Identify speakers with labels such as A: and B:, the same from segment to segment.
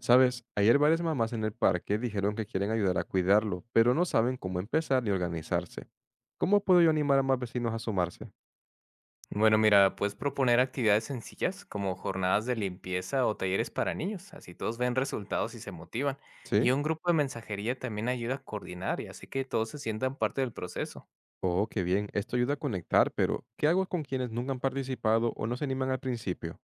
A: Sabes, ayer varias mamás en el parque dijeron que quieren ayudar a cuidarlo, pero no saben cómo empezar ni organizarse. ¿Cómo puedo yo animar a más vecinos a sumarse?
B: Bueno, mira, puedes proponer actividades sencillas como jornadas de limpieza o talleres para niños, así todos ven resultados y se motivan.
A: ¿Sí?
B: Y un grupo de mensajería también ayuda a coordinar y hace que todos se sientan parte del proceso.
A: Oh, qué bien, esto ayuda a conectar, pero ¿qué hago con quienes nunca han participado o no se animan al principio?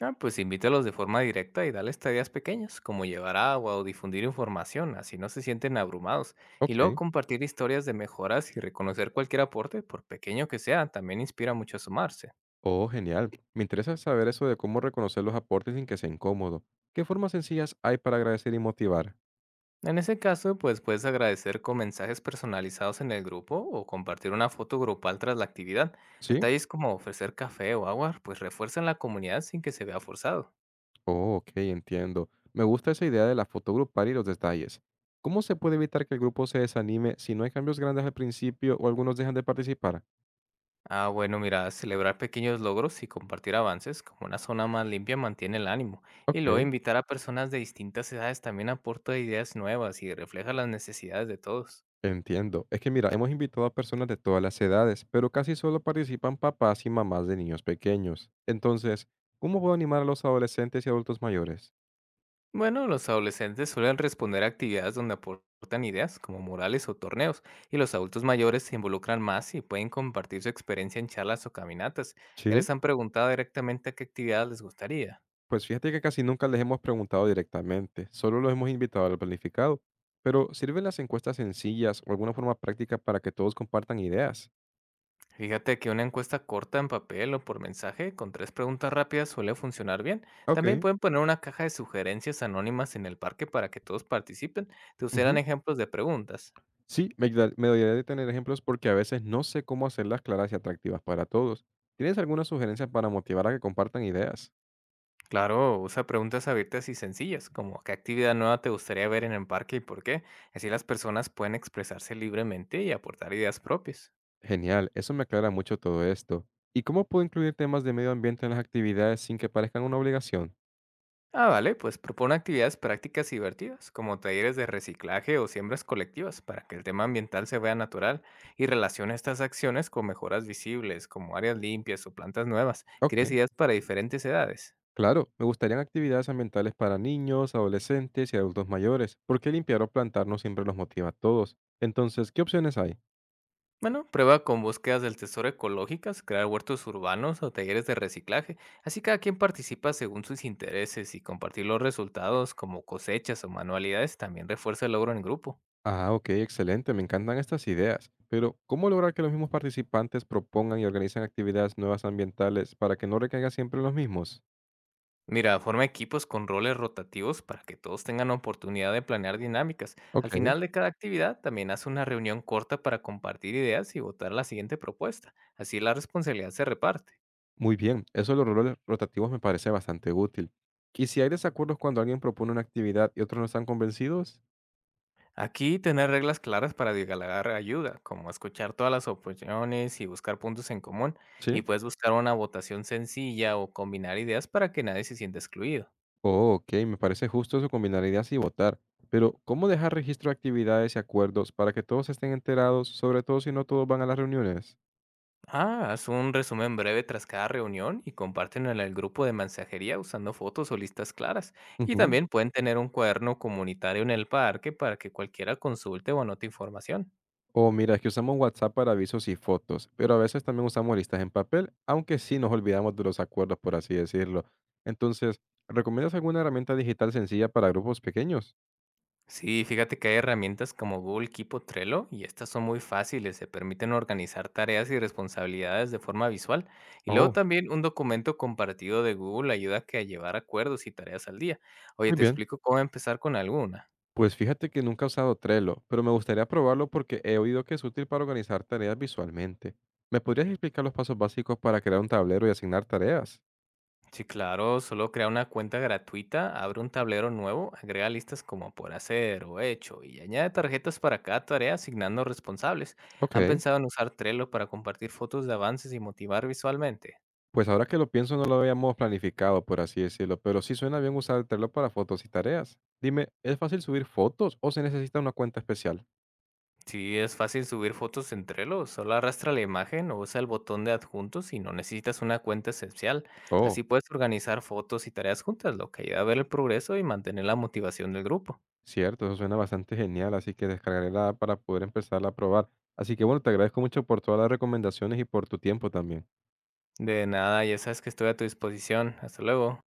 B: Ah, pues invítalos de forma directa y dales tareas pequeñas, como llevar agua o difundir información, así no se sienten abrumados.
A: Ok.
B: Y luego compartir historias de mejoras y reconocer cualquier aporte, por pequeño que sea, también inspira mucho a sumarse.
A: Oh, genial. Me interesa saber eso de cómo reconocer los aportes sin que sea incómodo. ¿Qué formas sencillas hay para agradecer y motivar?
B: En ese caso, pues puedes agradecer con mensajes personalizados en el grupo o compartir una foto grupal tras la actividad.
A: ¿Sí?
B: Detalles como ofrecer café o agua, pues refuerzan la comunidad sin que se vea forzado.
A: Oh, ok, entiendo. Me gusta esa idea de la foto grupal y los detalles. ¿Cómo se puede evitar que el grupo se desanime si no hay cambios grandes al principio o algunos dejan de participar?
B: Ah, bueno, mira, celebrar pequeños logros y compartir avances como una zona más limpia mantiene el ánimo. Y
A: Ok,
B: luego invitar a personas de distintas edades también aporta ideas nuevas y refleja las necesidades de todos.
A: entiendo. Es que mira, hemos invitado a personas de todas las edades, pero casi solo participan papás y mamás de niños pequeños. Entonces, ¿cómo puedo animar a los adolescentes y adultos mayores?
B: Bueno, los adolescentes suelen responder a actividades donde aportan ideas, como murales o torneos, y los adultos mayores se involucran más y pueden compartir su experiencia en charlas o caminatas. ¿Ya
A: Sí.
B: les han preguntado directamente a qué actividad les gustaría?
A: Pues fíjate que casi nunca les hemos preguntado directamente, solo los hemos invitado a lo planificado. Pero, ¿sirven las encuestas sencillas o alguna forma práctica para que todos compartan ideas?
B: Fíjate que una encuesta corta en papel o por mensaje con tres preguntas rápidas suele funcionar bien. También
A: Okey,
B: pueden poner una caja de sugerencias anónimas en el parque para que todos participen. Te
A: ujú.
B: usarán ejemplos de preguntas.
A: Sí, me ayudaría de tener ejemplos porque a veces no sé cómo hacerlas claras y atractivas para todos. ¿Tienes alguna sugerencia para motivar a que compartan ideas?
B: Claro, usa preguntas abiertas y sencillas, como ¿qué actividad nueva te gustaría ver en el parque y por qué? Así las personas pueden expresarse libremente y aportar ideas propias.
A: Genial, eso me aclara mucho todo esto. ¿Y cómo puedo incluir temas de medio ambiente en las actividades sin que parezcan una obligación?
B: Ah, vale, pues propone actividades prácticas y divertidas, como talleres de reciclaje o siembras colectivas, para que el tema ambiental se vea natural y relaciona estas acciones con mejoras visibles, como áreas limpias o plantas nuevas. ¿Quieres
A: Okey,
B: ideas para diferentes edades?
A: claro, me gustarían actividades ambientales para niños, adolescentes y adultos mayores, porque limpiar o plantar no siempre los motiva a todos. Entonces, ¿qué opciones hay?
B: Bueno, prueba con búsquedas del tesoro ecológicas, crear huertos urbanos o talleres de reciclaje. Así cada quien participa según sus intereses y compartir los resultados como cosechas o manualidades también refuerza el logro en grupo.
A: Ah, ok, excelente, me encantan estas ideas. Pero, ¿cómo lograr que los mismos participantes propongan y organicen actividades nuevas ambientales para que no recaiga siempre en los mismos?
B: Mira, forma equipos con roles rotativos para que todos tengan oportunidad de planear dinámicas. Al
A: Ok,
B: final de cada actividad también haz una reunión corta para compartir ideas y votar la siguiente propuesta. Así la responsabilidad se reparte.
A: muy bien, eso de los roles rotativos me parece bastante útil. ¿Y si hay desacuerdos cuando alguien propone una actividad y otros no están convencidos?
B: Aquí tener reglas claras para dialogar ayuda, como escuchar todas las opiniones y buscar puntos en común, y
A: Sí.
B: puedes buscar una votación sencilla o combinar ideas para que nadie se sienta excluido.
A: Oh, ok, me parece justo eso combinar ideas y votar. Pero, ¿cómo dejar registro de actividades y acuerdos para que todos estén enterados, sobre todo si no todos van a las reuniones?
B: Ah, haz un resumen breve tras cada reunión y compártelo en el grupo de mensajería usando fotos o listas claras. Y
A: Ujú.
B: también pueden tener un cuaderno comunitario en el parque para que cualquiera consulte o anote información.
A: Oh, mira, es que usamos WhatsApp para avisos y fotos, pero a veces también usamos listas en papel, aunque sí nos olvidamos de los acuerdos, por así decirlo. Entonces, ¿recomiendas alguna herramienta digital sencilla para grupos pequeños?
B: Sí, fíjate que hay herramientas como Google Keep o Trello y estas son muy fáciles, se permiten organizar tareas y responsabilidades de forma visual. Y luego
A: Oh,
B: también un documento compartido de Google ayuda a que a llevar acuerdos y tareas al día. Oye,
A: muy
B: te
A: bien.
B: explico cómo empezar con alguna.
A: Pues fíjate que nunca he usado Trello, pero me gustaría probarlo porque he oído que es útil para organizar tareas visualmente. ¿Me podrías explicar los pasos básicos para crear un tablero y asignar tareas?
B: Sí, claro, solo crea una cuenta gratuita, abre un tablero nuevo, agrega listas como por hacer o hecho y añade tarjetas para cada tarea asignando responsables. ¿Han
A: Ok.
B: pensado en usar Trello para compartir fotos de avances y motivar visualmente?
A: Pues ahora que lo pienso, no lo habíamos planificado, por así decirlo, pero sí suena bien usar el Trello para fotos y tareas. Dime, ¿es fácil subir fotos o se necesita una cuenta especial?
B: Sí, es fácil subir fotos en Trello, solo arrastra la imagen o usa el botón de adjuntos y no necesitas una cuenta esencial.
A: Oh,
B: Así puedes organizar fotos y tareas juntas, lo que ayuda a ver el progreso y mantener la motivación del grupo.
A: cierto, eso suena bastante genial, así que descargaré la app para poder empezarla a probar. Así que bueno, te agradezco mucho por todas las recomendaciones y por tu tiempo también.
B: De nada, ya sabes que estoy a tu disposición. Hasta luego.